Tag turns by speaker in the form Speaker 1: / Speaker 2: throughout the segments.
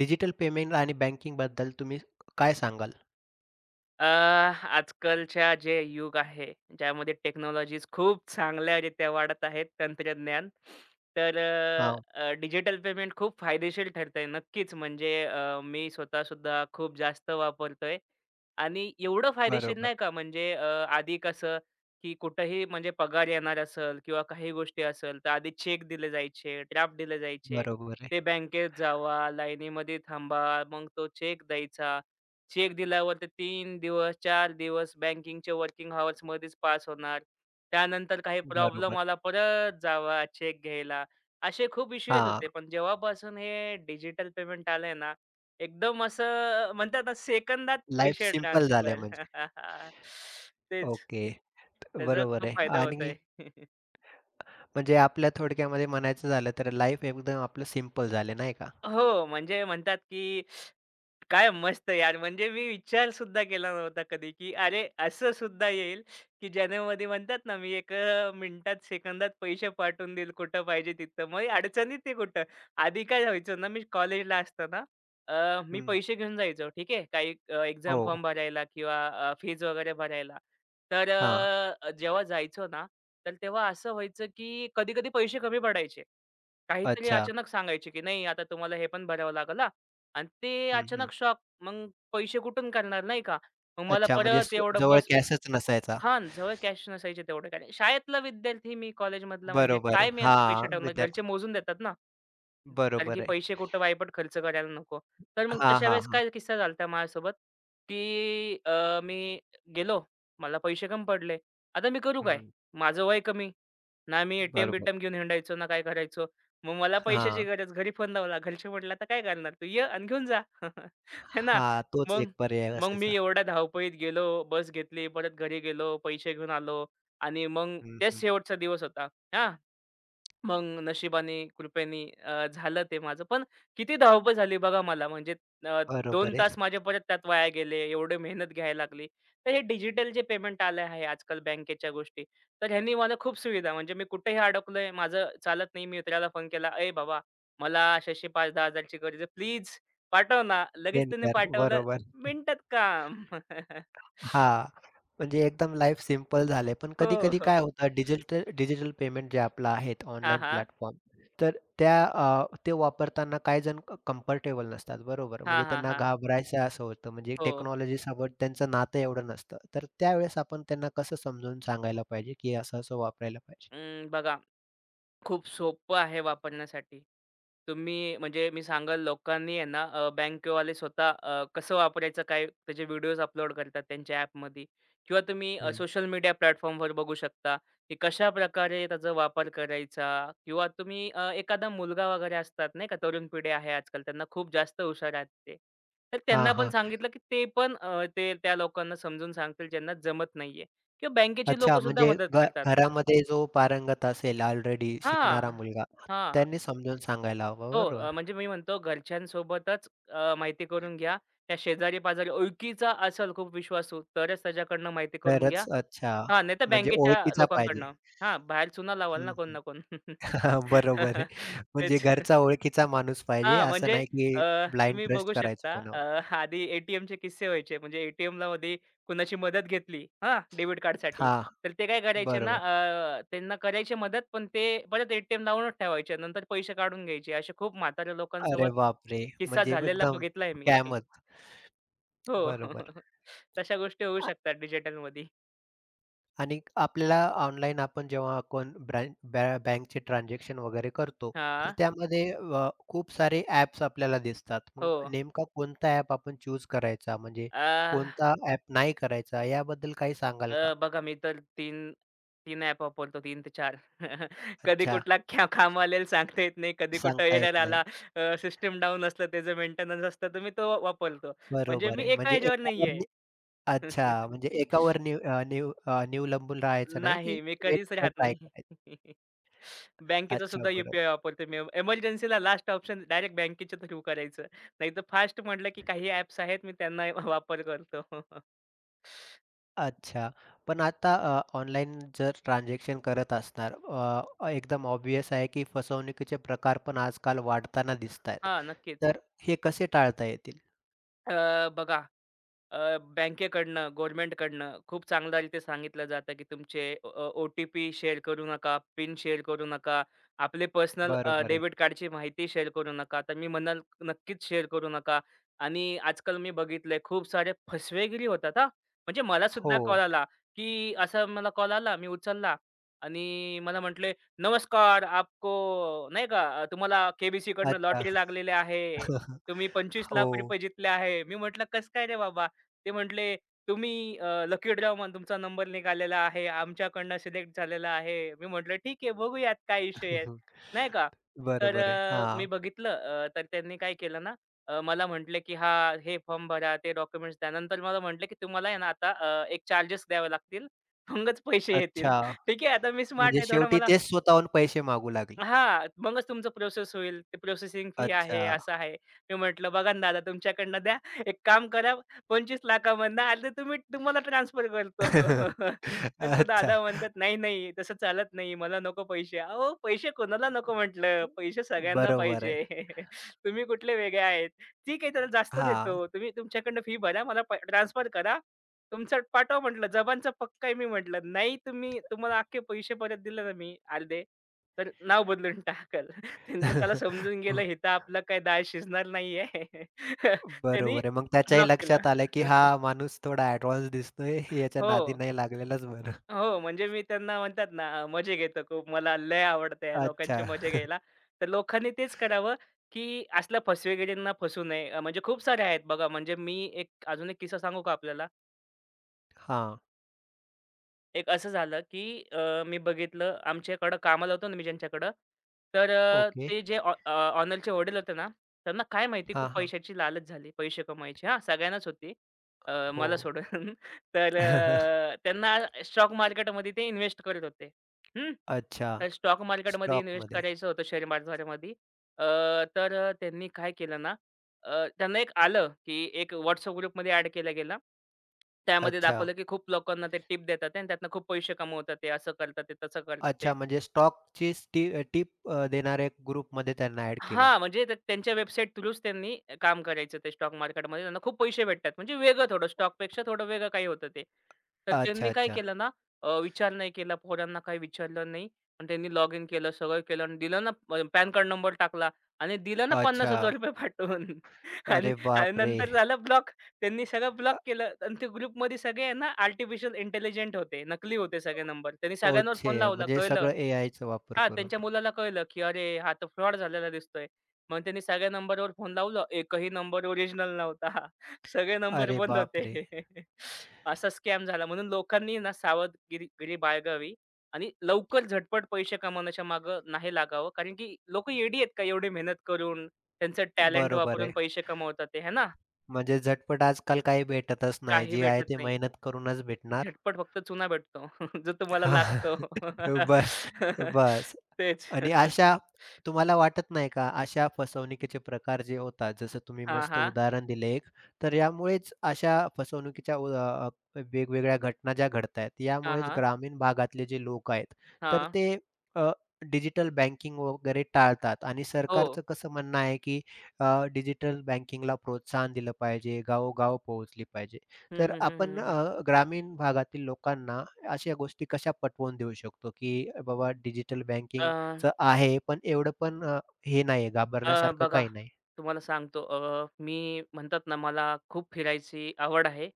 Speaker 1: Digital payment आणि बँकिंगबद्दल तुम्ही काय सांगाल?
Speaker 2: अ, आजकालच्या जे युग आहे, ज्यामध्ये टेक्नॉलॉजीज खूप चांगल्यारीत्या वाढत आहेत, तंत्रज्ञान. तर
Speaker 1: हां,
Speaker 2: अ, अ, डिजिटल पेमेंट खूप फायदेशीर ठरतंय नक्कीच. म्हणजे मी स्वतःसुद्धा खूप जास्त वापरतोय आणि एवढं फायदेशीर
Speaker 1: बरोबर,
Speaker 2: नाही का म्हणजे आधी कसं, की कुठंही म्हणजे पगार येणार असेल किंवा काही गोष्टी असेल, तर आधी चेक दिले जायचे, ड्राफ्ट दिले जायचे.
Speaker 1: बरोबर आहे.
Speaker 2: ते बँकेत जावा, लाईनीमध्ये थांबा, मग तो चेक द्यायचा. चेक दिल्यावर ते 3 दिवस, चार दिवस बँकिंगचे वर्किंग अवर्समध्येच पास होणार. त्यानंतर काही प्रॉब्लेम
Speaker 1: बरोबर.
Speaker 2: आला, परत जावा चेक घ्यायला. असे खूप इश्यू येत
Speaker 1: हां,
Speaker 2: होते. पण जेव्हापासून हे डिजिटल पेमेंट आलंय ना, एकदम असं म्हणतात ना, सेकंदात
Speaker 1: लाईफ
Speaker 2: पैसे
Speaker 1: सिंपल झालंय
Speaker 2: ट्रान्सफर.
Speaker 1: म्हणजे.
Speaker 2: तेच.
Speaker 1: ओके.
Speaker 2: त्याचा
Speaker 1: बरोबर
Speaker 2: खूप
Speaker 1: आहे
Speaker 2: फायदा
Speaker 1: आणि
Speaker 2: होतोय.
Speaker 1: म्हणजे आपल्या थोडक्यामध्ये म्हणायचं झालं तर लाईफ एकदम आपलं सिंपल झालं नाही का?
Speaker 2: हो, म्हणजे म्हणतात की काय मस्त यार! म्हणजे मी विचार सुद्धा केला नव्हता कधी, की अरे असं सुद्धा येईल, की ज्यामध्ये म्हणतात ना, मी एक मिनिटात, सेकंदात पैसे पाठवून देईल कुठं पाहिजे तिथं. मग अडचणीत आहे कुठं. आधी काय व्हायचं ना, मी कॉलेजला असताना मी
Speaker 1: हं.
Speaker 2: पैसे घेऊन जायचो, ठीक आहे. काही एक्झाम
Speaker 1: हो.
Speaker 2: फॉर्म भरायला किंवा फीज वगैरे भरायला. तर
Speaker 1: हां.
Speaker 2: जेव्हा जायचो ना, तर तेव्हा असं व्हायचं, की कधी-कधी पैसे कमी पडायचे. काहीतरी
Speaker 1: अच्छा.
Speaker 2: अचानक सांगायचे, की "नाही, आता तुम्हाला हे पण भरावं लागेल आणि ते
Speaker 1: हं, हं.
Speaker 2: अचानक शॉक. मग पैसे कुठून करणार नाही का? मग मला
Speaker 1: अच्छा म्हणजे
Speaker 2: परत एवढं
Speaker 1: जवळ
Speaker 2: बस
Speaker 1: कॅशच नसायचा.
Speaker 2: हां, जवळ कॅश नसायचे तेवढे कारण शाळेतला विद्यार्थी मी कॉलेजमधला म्हणजे
Speaker 1: बरोबर.
Speaker 2: काय मी असे पैसे
Speaker 1: हां,
Speaker 2: ठेवणार
Speaker 1: विद्यार्थी.
Speaker 2: घरचे मोजून देतात ना. कारण की
Speaker 1: बरोबर आहे.
Speaker 2: पैसे कुठं वायपट खर्च करायला नको. तर मग
Speaker 1: हां,
Speaker 2: तशा
Speaker 1: हां,
Speaker 2: वेळेस
Speaker 1: हां.
Speaker 2: काय किस्सा झाला होता माझ्यासोबत, की मी गेलो, मला पैसे कमी पडले. आता मी करू काय?
Speaker 1: हं.
Speaker 2: माझं वय कमी. ना मी
Speaker 1: बरोबर.
Speaker 2: एटीएम-बिटीएम घेऊन हिंडायचो ना काय करायचो. मग मला पैशाची
Speaker 1: हां.
Speaker 2: गरज. घरी फोन लावला. घरचे म्हटले, "आता काय करणार तू? ये आणि घेऊन जा." है ना.
Speaker 1: हां, तोच
Speaker 2: मग
Speaker 1: एक पर्याय
Speaker 2: मग मी
Speaker 1: असायचा.
Speaker 2: एवढ्या धावपळीत गेलो, बस घेतली, परत घरी गेलो, पैसे घेऊन आलो आणि मग
Speaker 1: हं,
Speaker 2: तेच
Speaker 1: हं.
Speaker 2: शेवटचा दिवस होता. हां. मग नशिबाने, कृपेने झालं ते माझं. पण किती धावपळ झाली बघा मला. म्हणजे अ, 2
Speaker 1: बरोबर
Speaker 2: तास
Speaker 1: आहे.
Speaker 2: माझे परत त्यात वाया गेले. एवढी मेहनत घ्यायला लागली. तर हे डिजिटल जे पेमेंट आलं आहे आजकाल बँकेच्या गोष्टी, तर ह्यांनी मला खूप सुविधा म्हणजे मी कुठेही अडकलोय, माझं चालत नाही. मी मित्राला फोन केला, "अय बाबा, मला अशी-अशी 5,000-10,000 गरज आहे. प्लीज पाठव ना." लगेच
Speaker 1: सेंड
Speaker 2: त्याने
Speaker 1: कर.
Speaker 2: पाठवलं.
Speaker 1: बरोबर.
Speaker 2: मिनिटात काम.
Speaker 1: हां. म्हणजे एकदम लाईफ सिंपल झाले. पण
Speaker 2: हो,
Speaker 1: कधी-कधी
Speaker 2: हो,
Speaker 1: काय
Speaker 2: हो.
Speaker 1: होतं डिजिटल डिजिटल पेमेंट जे आपलं आहेत
Speaker 2: हां,
Speaker 1: ऑनलाईन
Speaker 2: हां.
Speaker 1: प्लॅटफॉर्म, तर त्या ते वापरताना काही जण कम्फर्टेबल नसतात. बरोबर.
Speaker 2: हां,
Speaker 1: म्हणजे
Speaker 2: हां,
Speaker 1: त्यांना
Speaker 2: हां.
Speaker 1: घाबरायचं असं होतं. म्हणजे
Speaker 2: हो.
Speaker 1: टेक्नॉलॉजीसोबत त्यांचं नातं एवढं नसतं. तर त्यावेळेस आपण त्यांना कसं समजून सांगायला पाहिजे, की असं-असं वापरायला पाहिजे?
Speaker 2: अं, बघा खूप सोपं आहे वापरण्यासाठी. तुम्ही म्हणजे मी सांगाल लोकांनी आहे ना बँकवाले स्वतः कसं वापरायचं काय त्याचे व्हिडिओज अपलोड करतात त्यांच्या ॲपमध्ये किंवा तुम्ही
Speaker 1: हं.
Speaker 2: सोशल मीडिया प्लॅटफॉर्मवर बघू शकता, की कशा प्रकारे त्याचा वापर करायचा किंवा तुम्ही एखादा मुलगा वगैरे असतात नाही का, तरुण पिढी आहे आजकाल त्यांना खूप जास्त हुशार आहेत ते. तर
Speaker 1: हां,
Speaker 2: त्यांना पण
Speaker 1: हां.
Speaker 2: सांगितलं, की ते पण ते त्या लोकांना समजून सांगतील ज्यांना जमत नाहीये किंवा बँकेची
Speaker 1: अच्छा
Speaker 2: लोकं सुद्धा
Speaker 1: म्हणजे
Speaker 2: मदत करतात.
Speaker 1: घरामध्ये जो पारंगत असेल ऑलरेडी शिकणारा
Speaker 2: हां,
Speaker 1: मुलगा,
Speaker 2: हां.
Speaker 1: त्यांनी समजावून सांगायला हवं.
Speaker 2: हो,
Speaker 1: बरोबर.
Speaker 2: म्हणजे मी म्हणतो घरच्यांसोबतच माहिती करून घ्या. त्या शेजारी-पाजारी ओळखीचा असेल खूप विश्वासू, तरच त्याच्याकडनं माहिती करून घ्या.
Speaker 1: तरच अच्छा.
Speaker 2: हां, नाहीतर
Speaker 1: म्हणजे
Speaker 2: बँकेच्या
Speaker 1: ओळखीचा पाहिजे.
Speaker 2: लोकांकडनं. हां, बाहेर चुना लावाल ना
Speaker 1: हं,
Speaker 2: कोण
Speaker 1: हं.
Speaker 2: ना कोण.
Speaker 1: बरोबर आहे. म्हणजे
Speaker 2: तेच.
Speaker 1: घरचा ओळखीचा माणूस पाहिजे,
Speaker 2: हां,
Speaker 1: असं
Speaker 2: म्हणजे
Speaker 1: नाही की
Speaker 2: अ,
Speaker 1: ब्लाइंड
Speaker 2: तुम्ही
Speaker 1: ट्रस्ट
Speaker 2: बघू
Speaker 1: करायचं
Speaker 2: शकता
Speaker 1: कोणावर.
Speaker 2: आधी ए-टी-एमचे किस्से व्हायचे. म्हणजे ए टी मध्ये कुणाची मदत घेतली हां, डेबिट कार्डसाठी.
Speaker 1: हां,
Speaker 2: तर ते काय करायचे ना
Speaker 1: बरोबर.
Speaker 2: त्यांना करायची मदत, पण ते परत ए-टी-एम लावूनच ठेवायचे. नंतर पैसे काढून घ्यायचे. असे खूप म्हाताऱ्या
Speaker 1: अरे
Speaker 2: लोकांसोबत
Speaker 1: बापरे!
Speaker 2: किस्सा
Speaker 1: म्हणजे
Speaker 2: झालेला
Speaker 1: एकदम
Speaker 2: बघितलाय मी.
Speaker 1: स्कॅमच.
Speaker 2: हो.
Speaker 1: बरोबर.
Speaker 2: तशा गोष्टी होऊ
Speaker 1: आ
Speaker 2: शकतात डिजिटलमध्ये.
Speaker 1: आणि आपल्याला ऑनलाईन आपण जेव्हा अकाउंट ब्रँ बॅ बँकचे ट्रान्झॅक्शन वगैरे करतो, तर
Speaker 2: हां,
Speaker 1: त्यामध्ये खूप सारे ॲप्स आपल्याला दिसतात.
Speaker 2: हो.
Speaker 1: मग नेमका कोणता ॲप आपण चूज करायचा? म्हणजे कोणता ॲप नाही करायचा याबद्दल काही सांगाल का?
Speaker 2: अ, बघा मी तर तीन तीन ॲप वापरतो 3 ते 4. कधी
Speaker 1: अच्छा.
Speaker 2: कुठला खांब आलेला सांगता येत नाही. कधी कुठं
Speaker 1: सांगता येत
Speaker 2: एरर
Speaker 1: नाही.
Speaker 2: आला. सिस्टम डाऊन असलं त्याचं मेंटेनन्स असतं तर मी तो वापरतो. म्हणजे
Speaker 1: बरोबर
Speaker 2: मी
Speaker 1: आहे.
Speaker 2: एका
Speaker 1: म्हणजे
Speaker 2: ह्याच्यावर
Speaker 1: एकावर
Speaker 2: नाहीये.
Speaker 1: नि अच्छा, म्हणजे एकावर नि अ, निव अ, निवलंबून राहायचं नाही, की
Speaker 2: नाही, मी कधीच
Speaker 1: वेगवेगळं
Speaker 2: राहत
Speaker 1: ट्राय
Speaker 2: नाही.
Speaker 1: करायचं.
Speaker 2: बँकेचा
Speaker 1: अच्छा,
Speaker 2: सुद्धा यू-पी-आय
Speaker 1: बरोबर.
Speaker 2: वापरतो मी. एमर्जन्सीला लास्ट ऑप्शन डायरेक्ट बँकेच्या थ्रू करायचं. नाहीतर फास्ट म्हटलं की काही ॲप्स आहेत मी त्यांना वापर करतो.
Speaker 1: अच्छा. पण आता ऑनलाईन जर ट्रान्झॅक्शन करत असणार, एकदम ऑब्व्हियस आहे, की फसवणुकीचे प्रकार पण आजकाल वाढताना दिसतायत.
Speaker 2: हां, नक्कीच.
Speaker 1: तर हे कसे टाळता येतील?
Speaker 2: अ, बघा बँकेकडनं, गव्हर्नमेंटकडनं खूप चांगल्या रीती सांगितलं जातं, की तुमचे ओ-टी-पी शेअर करू नका, पिन शेअर करू नका, आपले पर्सनल
Speaker 1: बरोबर आहे.
Speaker 2: डेबिट कार्डची माहिती शेअर करू नका. तर मी म्हणाल नक्कीच शेअर करू नका. आणि आजकाल मी बघितलंय खूप सारे फसवेगिरी होतात हां. म्हणजे मला
Speaker 1: हो.
Speaker 2: सुद्धा कॉल आला, की असा मला कॉल आला, मी उचलला आणि मला म्हटले, "नमस्कार, आपको" नाही का "तुम्हाला केबीसीकडनं
Speaker 1: अच्छा.
Speaker 2: लॉटरी लागलेली आहे. तुम्ही
Speaker 1: हो.
Speaker 2: ₹25,00,000 जीतले आहे." मी म्हटलं, "कसं काय रे बाबा?" ते म्हटले, "तुम्ही लकी ड्रॉ म्हणून तुमचा नंबर निघालेला आहे. आमच्याकडनं सिलेक्ट झालेला आहे." मी म्हटलं, "ठीक आहे, बघूयात काय इश्यू आहे." नाही का. तर
Speaker 1: बरोबर आहे.
Speaker 2: मी
Speaker 1: हां.
Speaker 2: बघितलं तर त्यांनी काय केलं ना, मला म्हटले, की "हां, हे फॉर्म भरा, ते डॉक्युमेंट्स द्या." नंतर मला म्हटले, की "तुम्हाला आहे ना आता एक चार्जेस द्यावे लागतील, मगच पैसे येतील."
Speaker 1: अच्छा.
Speaker 2: ठीक आहे, आता मी स्मार्ट
Speaker 1: म्हणजे
Speaker 2: आहे थोडं
Speaker 1: शेवटी
Speaker 2: मला
Speaker 1: तेच स्वतःहून पैसे मागू लागले.
Speaker 2: हां, मगच तुमचं प्रोसेस होईल. ते प्रोसेसिंग फी आहे,
Speaker 1: अच्छा.
Speaker 2: असं आहे. मी म्हटलं, "बघा ना दादा तुमच्याकडनं द्या. एक काम करा 25,00,000 मधनं अर्धे तुम्ही तुम्हाला ट्रान्सफर करतो." तर तो
Speaker 1: अच्छा.
Speaker 2: दादा म्हणतात, "नाही, नाही तसं चालत नाही. मला नको पैसे." अहो, पैसे कोणाला नको म्हटलं. पैसे सगळ्यांना
Speaker 1: बरोबर
Speaker 2: पाहिजे.
Speaker 1: आहे.
Speaker 2: तुम्ही कुठले वेगळे आहेत. ठीक आहे त्याला जास्त
Speaker 1: हां.
Speaker 2: देतो. तुम्ही तुमच्याकडनं फी भरा. मला ट्रान्सफर करा. तुमचं पाठवा म्हटलं. जबानचा पक्का आहे मी म्हटलं. नाही तुम्ही तुम्हाला अख्खे पैसे परत दिले ना मी अर्धे, तर नाव बदलून टाकल. नंतर त्याला समजून गेलं इथं आपलं काही डाळ शिजणार नाहीये. त्यांनी
Speaker 1: बरोबर आहे. मग त्याच्याही
Speaker 2: ब्लॉक केलं.
Speaker 1: लक्षात आलं, की हा माणूस थोडा एडव्हान्स दिसतोय. याच्या
Speaker 2: हो.
Speaker 1: नादी नाही लागलेलंच बरं.
Speaker 2: हो, म्हणजे मी त्यांना म्हणतात ना मजे घेतो खूप. मला लय आवडतं या
Speaker 1: अच्छा.
Speaker 2: लोकांचे मजे घ्यायला. तर लोकांनी तेच करावं, की असल्या फसवेगिरींना फसू नये. म्हणजे खूप सारे आहेत बघा. म्हणजे मी एक अजून एक किस्सा सांगू का आपल्याला?
Speaker 1: हां.
Speaker 2: एक असं झालं, की मी बघितलं आमच्याकडं कामाला होतो ना मी ज्यांच्याकडं, तर अ,
Speaker 1: ओके.
Speaker 2: ते जे ऑ अ, ऑनरचे वडील होते ना, त्यांना काय माहिती
Speaker 1: हां,
Speaker 2: खूप
Speaker 1: हां.
Speaker 2: पैशाची लालच झाली, पैसे कमवायची हां, सगळ्यांनाच होती
Speaker 1: हो.
Speaker 2: मला सोडून. तर त्यांना स्टॉक मार्केटमध्ये ते इन्व्हेस्ट करत होते. हं.
Speaker 1: अच्छा.
Speaker 2: तर स्टॉक मार्केटमध्ये इन्व्हेस्ट
Speaker 1: स्टॉकमध्ये.
Speaker 2: करायचं होतं शेअर बाजारामध्ये. अ, तर त्यांनी काय केलं ना त्यांना एक आलं, की एक WhatsApp ग्रुपमध्ये ॲड केला गेला. त्यामध्ये
Speaker 1: अच्छा.
Speaker 2: दाखवलं, की खूप लोकांना ते टिप देतात आहे आणि त्यातनं खूप पैसे कमवतात ते, असं करतात ते, तसं करतात ते.
Speaker 1: अच्छा म्हणजे स्टॉकची टिप देणाऱ्या ग्रुपमध्ये त्यांना ॲड केलं.
Speaker 2: हां, म्हणजे ते त्यांच्या वेबसाईट थ्रूच त्यांनी काम करायचं ते स्टॉक मार्केटमध्ये. त्यांना खूप पैसे भेटतात. म्हणजे वेगळं थोडं स्टॉकपेक्षा थोडं वेगळं काही होतं ते. तर त्यांनी काय
Speaker 1: अच्छा.
Speaker 2: केलं ना विचार नाही केला, पोरांना काही विचारलं नाही. पण त्यांनी लॉग इन केलं, सगळं केलं आणि दिलं ना पॅन कार्ड नंबर टाकला आणि दिलं ना
Speaker 1: अच्छा.
Speaker 2: ₹50,000 पाठवून आणि
Speaker 1: अरे
Speaker 2: आणि
Speaker 1: बापरे!
Speaker 2: नंतर झालं ब्लॉक. त्यांनी सगळं ब्लॉक केलं आणि ते ग्रुपमध्ये सगळे आहे ना आर्टिफिशियल इंटेलिजंट होते. नकली होते सगळे नंबर. त्यांनी सगळ्यांवर
Speaker 1: ओझे
Speaker 2: फोन लावला,
Speaker 1: म्हणजे
Speaker 2: कळलं.
Speaker 1: सगळं एआयचा वापर
Speaker 2: हां,
Speaker 1: करून.
Speaker 2: त्यांच्या मुलाला कळलं, की "अरे, हा तर फ्रॉड झालेला दिसतोय." मग त्यांनी सगळ्या नंबरवर फोन लावलं. एकही नंबर ओरिजिनल नव्हता. सगळे नंबर
Speaker 1: अरे
Speaker 2: बंद होते.
Speaker 1: बापरे!
Speaker 2: असा स्कॅम झाला. म्हणून लोकांनी ना गिरी बाळगावी आणि लवकर झटपट पैसे कमावण्याच्या मागं नाही लागावं. कारण की लोकं येडी आहेत का एवढी मेहनत करून, त्यांचं टॅलेंट
Speaker 1: बरोबर
Speaker 2: वापरून
Speaker 1: आहे.
Speaker 2: पैसे कमवतात ते, है ना?
Speaker 1: म्हणजे झटपट आजकाल काही भेटतच नाही.
Speaker 2: काही
Speaker 1: जे आहे
Speaker 2: भेटत
Speaker 1: ते
Speaker 2: नाही.
Speaker 1: मेहनत करूनच भेटणार.
Speaker 2: झटपट फक्त चुना भेटतो, जो तुम्हाला
Speaker 1: हां.
Speaker 2: लागतो.
Speaker 1: बस, बस.
Speaker 2: तेच.
Speaker 1: आणि अशा तुम्हाला वाटत नाही का, अशा फसवणुकीचे प्रकार जे होतात, जसं तुम्ही
Speaker 2: हां,
Speaker 1: मस्त
Speaker 2: हां.
Speaker 1: उदाहरण दिलं एक, तर यामुळेच अशा फसवणुकीच्या वेगवेगळ्या घटना ज्या घडतायत,
Speaker 2: हां,
Speaker 1: यामुळेच
Speaker 2: हां.
Speaker 1: ग्रामीण भागातले जे लोक आहेत, तर
Speaker 2: हां.
Speaker 1: ते डिजिटल बँकिंग वगैरे टाळतात आणि
Speaker 2: हो.
Speaker 1: सरकारचं कसं म्हणणं आहे, की डिजिटल बँकिंगला प्रोत्साहन दिलं पाहिजे, गावोगाव पोहोचली पाहिजे.
Speaker 2: हं,
Speaker 1: तर
Speaker 2: हं, हं,
Speaker 1: आपण
Speaker 2: हं, हं.
Speaker 1: ग्रामीण भागातील लोकांना अशा गोष्टी कशा पटवून देऊ शकतो, की बाबा डिजिटल
Speaker 2: अ,
Speaker 1: बँकिंगचं आहे, पण एवढं पण हे नाही आहे,
Speaker 2: अ,
Speaker 1: घाबरण्यासारखं
Speaker 2: बघा
Speaker 1: काही नाही?
Speaker 2: तुम्हाला सांगतो मी म्हणतात ना मला खूप फिरायची आवड आहे.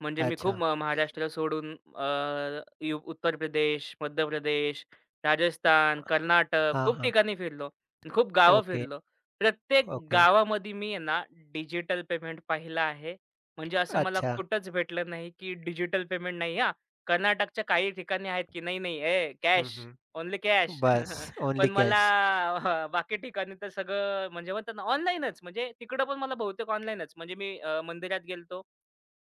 Speaker 2: म्हणजे मी खूप
Speaker 1: अच्छा.
Speaker 2: महाराष्ट्र सोडून अ, यू उत्तर प्रदेश, मध्य प्रदेश, राजस्थान, कर्नाटक
Speaker 1: हां,
Speaker 2: खूप
Speaker 1: हां.
Speaker 2: ठिकाणी फिरलो. खूप गावं
Speaker 1: ओके,
Speaker 2: फिरलो. प्रत्येक
Speaker 1: ओके.
Speaker 2: गावामध्ये मी आहे ना डिजिटल पेमेंट पाहिलं आहे. म्हणजे असं मला
Speaker 1: अच्छा.
Speaker 2: कुठंच भेटलं नाही, की डिजिटल पेमेंट नाही हां. कर्नाटकच्या काही ठिकाणी आहेत, की नाही, नाही, "ए
Speaker 1: हं,
Speaker 2: कॅश,
Speaker 1: हं.
Speaker 2: Only cash."
Speaker 1: बस ओन्ली
Speaker 2: पण मला
Speaker 1: कॅश.
Speaker 2: हां, बाकी ठिकाणी तर सगळं म्हणजे म्हणतात ना ऑनलाईनच. म्हणजे तिकडं पण मला बहुतेक ऑनलाईनच. म्हणजे मी मंदिरात गेलतो,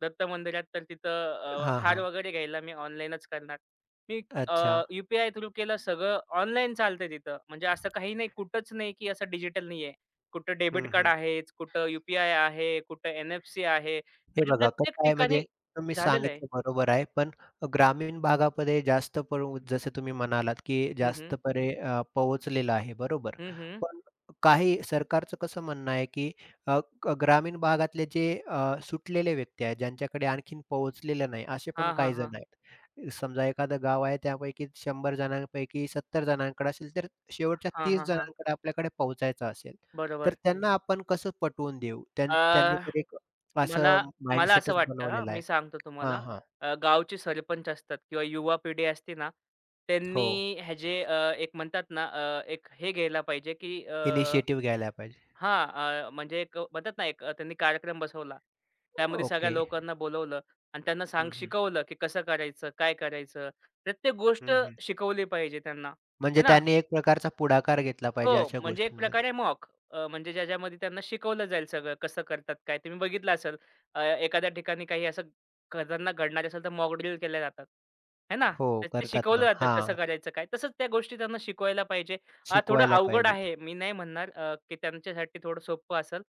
Speaker 2: दत्त मंदिरात, तर तिथं
Speaker 1: हां,
Speaker 2: हार
Speaker 1: हां.
Speaker 2: वगैरे घ्यायला मी ऑनलाईनच करणार. मी अ,
Speaker 1: अच्छा.
Speaker 2: यू-पी-आय थ्रू केलं. सगळं ऑनलाईन चालतंय तिथं. म्हणजे असं काही नाही, कुठंच नाही की असं डिजिटल नाहीये. कुठं डेबिट
Speaker 1: हं,
Speaker 2: कार्ड
Speaker 1: हं.
Speaker 2: आहेच, कुठं यू आहे, कुठं एन-एफ-सी आहे.
Speaker 1: हे
Speaker 2: म्हणजे
Speaker 1: बघा
Speaker 2: प्रत्येक
Speaker 1: कसं आहे म्हणजे
Speaker 2: ठिकाणी
Speaker 1: तुम्ही
Speaker 2: झालेलं आहे.
Speaker 1: सांगितलं बरोबर आहे. पण ग्रामीण भागामध्ये जास्त पडू जसं तुम्ही म्हणालात, की
Speaker 2: हं, हं.
Speaker 1: जास्त पोहोचलेलं आहे बरोबर.
Speaker 2: हं, हं.
Speaker 1: पण काही सरकारचं कसं म्हणणं आहे, की अ, ग ग्रामीण भागातले जे सुटलेले व्यक्ती आहेत, ज्यांच्याकडे आणखीन पोहोचलेलं नाही, असे पण
Speaker 2: हां, हां,
Speaker 1: काही
Speaker 2: हां.
Speaker 1: जण आहेत. समजा एखादं गाव आहे त्यापैकी 100 जणांपैकी 70 जणांकडे असेल, तर शेवटच्या
Speaker 2: हां,
Speaker 1: 30
Speaker 2: हां, हां.
Speaker 1: जणांकडे आपल्याकडे पोहोचायचं असेल, तर
Speaker 2: बरोबर.
Speaker 1: त्यांना आपण कसं पटवून देऊ? त्यांनी तर एक
Speaker 2: मला
Speaker 1: असं
Speaker 2: मला असं
Speaker 1: माइंडसेटच
Speaker 2: वाटतं हां,
Speaker 1: बनवलेला
Speaker 2: मी
Speaker 1: आहे.
Speaker 2: सांगतो
Speaker 1: हां,
Speaker 2: तुम्हाला.
Speaker 1: हां.
Speaker 2: गावचे सरपंच असतात किंवा युवा पिढी असते ना,
Speaker 1: हो.
Speaker 2: त्यांनी ह्याचे एक म्हणतात ना, एक हे घ्यायला पाहिजे, की
Speaker 1: इनिशिएटिव्ह घ्यायला पाहिजे.
Speaker 2: हां, म्हणजे एक म्हणतात ना, एक त्यांनी कार्यक्रम बसवला. त्यामध्ये सगळ्या
Speaker 1: ओके.
Speaker 2: लोकांना बोलवलं आणि त्यांना
Speaker 1: हं, हं.
Speaker 2: शिकवलं, की कसं करायचं, काय करायचं? प्रत्येक गोष्ट
Speaker 1: हं, हं.
Speaker 2: शिकवली पाहिजे त्यांना,
Speaker 1: म्हणजे
Speaker 2: है ना?
Speaker 1: त्यांनी एक प्रकारचा पुढाकार घेतला पाहिजे
Speaker 2: हो,
Speaker 1: अशा
Speaker 2: म्हणजे एक प्रकारे
Speaker 1: गोष्टींमध्ये.
Speaker 2: मॉक म्हणजे ज्याच्यामध्ये त्यांना शिकवलं जाईल सगळं कसं करतात काय? तुम्ही बघितलं असेल एखाद्या ठिकाणी काही असं खतरनाक घडणार असेल तर मॉक ड्रिल केल्या जातात. आहे ना?
Speaker 1: हो,
Speaker 2: तर ते
Speaker 1: करतात
Speaker 2: शिकवलं
Speaker 1: ना.
Speaker 2: जातं कसं
Speaker 1: हां,
Speaker 2: करायचं काय? तसंच त्या गोष्टी त्यांना शिकवायला पाहिजे. थोडं
Speaker 1: शिकवायला
Speaker 2: अवघड
Speaker 1: पाहिजेत.
Speaker 2: आहे. मी नाही म्हणणार की त्यांच्यासाठी थोडं सोपं असेल.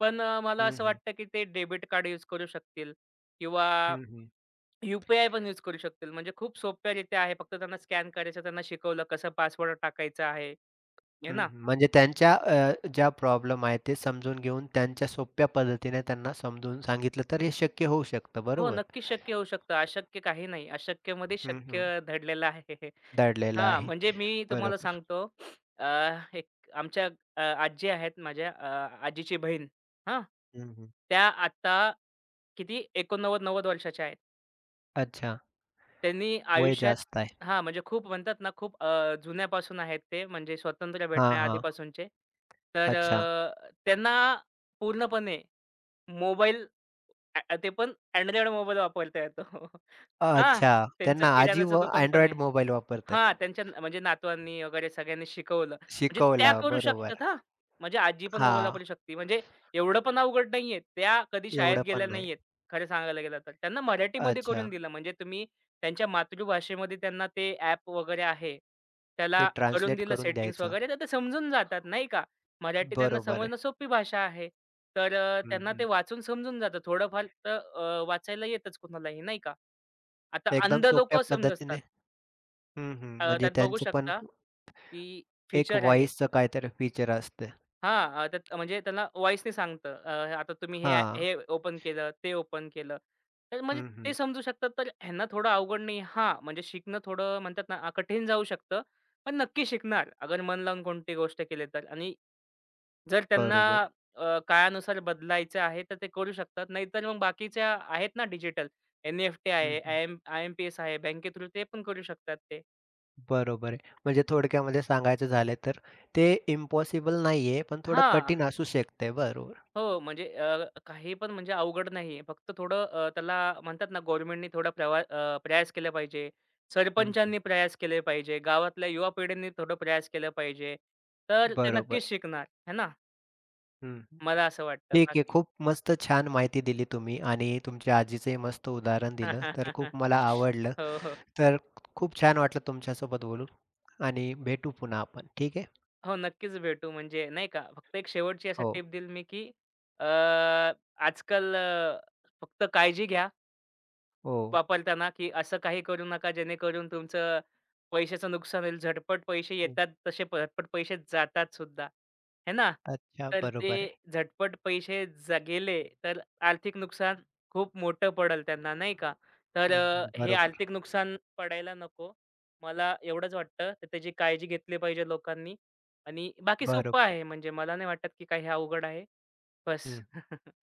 Speaker 2: पण मला
Speaker 1: हं,
Speaker 2: असं
Speaker 1: हं.
Speaker 2: वाटतं की ते डेबिट कार्ड यूज करू शकतील किंवा
Speaker 1: हं, हं.
Speaker 2: यू पण यूज करू शकतील. म्हणजे खूप सोप्या रित्या आहे. फक्त त्यांना स्कॅन करायचं, त्यांना शिकवलं कसं पासवर्ड टाकायचा आहे. आहे
Speaker 1: हं,
Speaker 2: ना?
Speaker 1: हं. म्हणजे त्यांच्या ज्या प्रॉब्लेम आहेत ते समजून घेऊन त्यांच्या सोप्या पद्धतीने त्यांना समजून सांगितलं तर हे शक्य होऊ शकतं.
Speaker 2: हो,
Speaker 1: बरोबर.
Speaker 2: नक्कीच शक्य होऊ शकतं. अशक्य काही नाही. अशक्यमध्ये
Speaker 1: हं, हं.
Speaker 2: शक्य धडलेलं आहे.
Speaker 1: दडलेला
Speaker 2: हां,
Speaker 1: आहे.
Speaker 2: म्हणजे मी तुम्हाला
Speaker 1: बरोबर.
Speaker 2: सांगतो अ, एक आमच्या अ, आजी आहेत माझ्या आजीची बहीण हां,
Speaker 1: हं, हं.
Speaker 2: त्या आता किती 89-90 वर्षाच्या आहेत.
Speaker 1: अच्छा.
Speaker 2: त्यांनी
Speaker 1: वय
Speaker 2: आयुष्यात
Speaker 1: जास्त आहे.
Speaker 2: हां, म्हणजे खूप म्हणतात ना, खूप जुन्यापासून आहेत ते म्हणजे स्वातंत्र्य
Speaker 1: हां, हां.
Speaker 2: भेटण्याआधीपासूनचे. तर
Speaker 1: अच्छा.
Speaker 2: त्यांना पूर्णपणे मोबाईल ते पण Android मोबाईल वापरता येतो. हां,
Speaker 1: अच्छा.
Speaker 2: त्यांचं
Speaker 1: त्यांना आजी
Speaker 2: किराणाचं
Speaker 1: व
Speaker 2: दुकान पण
Speaker 1: Android
Speaker 2: आहे.
Speaker 1: मोबाईल
Speaker 2: हां,
Speaker 1: वापरतात.
Speaker 2: त्यांच्या म्हणजे नातवांनी वगैरे सगळ्यांनी शिकवलं. म्हणजे त्या
Speaker 1: शिकवला
Speaker 2: करू शकतात
Speaker 1: बरोबर.
Speaker 2: हां. म्हणजे आजी पण ओला
Speaker 1: हां,
Speaker 2: पडू शकते. म्हणजे एवढं पण अवघड नाहीये. त्या कधी शाळेत
Speaker 1: एवढं पण
Speaker 2: गेल्या
Speaker 1: नाही.
Speaker 2: नाहीयेत, खरं सांगायला गेलं तर. त्यांना मराठीमध्ये
Speaker 1: अच्छा.
Speaker 2: करून दिलं. म्हणजे तुम्ही त्यांच्या मातृभाषेमध्ये त्यांना ते ॲप वगैरे आहे,
Speaker 1: ते
Speaker 2: त्याला करून
Speaker 1: ट्रान्सलेट
Speaker 2: दिलं
Speaker 1: करून
Speaker 2: सेटिंग्ज
Speaker 1: द्यायचं.
Speaker 2: वगैरे, तर ते समजून जातात नाही का? मराठी त्यांना
Speaker 1: बरोबर आहे.
Speaker 2: समजणं सोपी भाषा आहे. तर
Speaker 1: हं,
Speaker 2: त्यांना ते
Speaker 1: हं.
Speaker 2: वाचून समजून जातं. थोडंफार तर वाचायला येतच कुणालाही नाही का. आता
Speaker 1: एकदम
Speaker 2: अंध
Speaker 1: सोप्या
Speaker 2: लोकं समजतात.
Speaker 1: पद्धतीने हं, हं. म्हणजे
Speaker 2: त्यात बघू
Speaker 1: त्यांचं पण
Speaker 2: शकता, की
Speaker 1: एक
Speaker 2: फीचर आहे.
Speaker 1: व्हॉईसचं काहीतरी फीचर असतं.
Speaker 2: हां, त्यात म्हणजे त्यांना व्हॉईसनी सांगतं. आता तुम्ही हे
Speaker 1: हां.
Speaker 2: हे ओपन केलं, ते ओपन केलं. तर म्हणजे
Speaker 1: हं,
Speaker 2: ते
Speaker 1: हं.
Speaker 2: समजू शकतात. तर ह्यांना थोडं अवघड नाही. हां, म्हणजे शिकणं थोडं म्हणतात ना, कठीण जाऊ शकतं. पण नक्की शिकणार अगर मन लावून कोणती गोष्ट केली तर आणि जर त्यांना
Speaker 1: बरोबर.
Speaker 2: अ, काळानुसार बदलायचं आहे, तर ते करू शकतात. नाहीतर मग बाकीच्या आहेत ना डिजिटल एन एफ टी
Speaker 1: हं,
Speaker 2: आहे,
Speaker 1: हं.
Speaker 2: आय-एम-पी-एस आहे, बँके थ्रू ते पण करू शकतात ते.
Speaker 1: बरोबर आहे. म्हणजे थोडक्यामध्ये सांगायचं झालं तर ते इम्पॉसिबल नाहीये, पण थोडं
Speaker 2: हां.
Speaker 1: कठीण असू शकते. बरोबर.
Speaker 2: हो, म्हणजे काही पण म्हणजे अवघड नाहीये. फक्त थोडं त्याला म्हणतात ना गव्हर्नमेंटनी थोडा प्रयास केला पाहिजे.
Speaker 1: हं, हं.
Speaker 2: सरपंचांनी प्रयास केले पाहिजे. गावातल्या युवा पिढींनी थोडं प्रयास केला पाहिजे. तर ते
Speaker 1: बरोबर.
Speaker 2: नक्कीच शिकणार, है ना?
Speaker 1: हं.
Speaker 2: मला असं वाटतं
Speaker 1: ठीक आहे.
Speaker 2: बाकी
Speaker 1: खूप मस्त छान माहिती दिली तुम्ही आणि तुमच्या आजीचंही मस्त उदाहरण दिलं. तर खूप मला आवडलं.
Speaker 2: हो, हो.
Speaker 1: तर खूप छान वाटलं तुमच्यासोबत बोलून आणि भेटू पुन्हा आपण. ठीक आहे.
Speaker 2: हो, नक्कीच भेटू. म्हणजे नाही का, फक्त एक शेवटची असं
Speaker 1: हो,
Speaker 2: टिप देईल मी, की अ, आजकाल फक्त काळजी घ्या
Speaker 1: हो.
Speaker 2: वापरताना, की असं काही करू नका जेणेकरून तुमचं पैशाचं नुकसान होईल. झटपट पैसे
Speaker 1: हं.
Speaker 2: येतात तसे झटपट पैसे जातात सुद्धा, है ना?
Speaker 1: अच्छा.
Speaker 2: तर ते
Speaker 1: बरोबर आहे.
Speaker 2: झटपट पैसे गेले तर आर्थिक नुकसान खूप मोठं पडेल त्यांना, नाही का? तर
Speaker 1: हं, हं.
Speaker 2: हे
Speaker 1: बरोबर,
Speaker 2: आर्थिक नुकसान पडायला नको. मला एवढंच वाटतं, तर त्याची काळजी घेतली पाहिजे लोकांनी आणि बाकी सोपं
Speaker 1: बरोबर
Speaker 2: आहे
Speaker 1: आहे.
Speaker 2: म्हणजे मला नाही वाटत, की काही अवघड आहे. बस
Speaker 1: हं.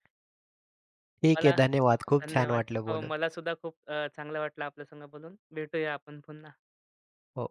Speaker 1: ठीक आहे.
Speaker 2: मला
Speaker 1: धन्यवाद. खूप छान
Speaker 2: धन्यवाद.
Speaker 1: वाटलं
Speaker 2: हो,
Speaker 1: बोलून.
Speaker 2: मला सुद्धा खूप चांगलं वाटलं आपल्या संग बोलून. भेटूया आपण पुन्हा.
Speaker 1: हो.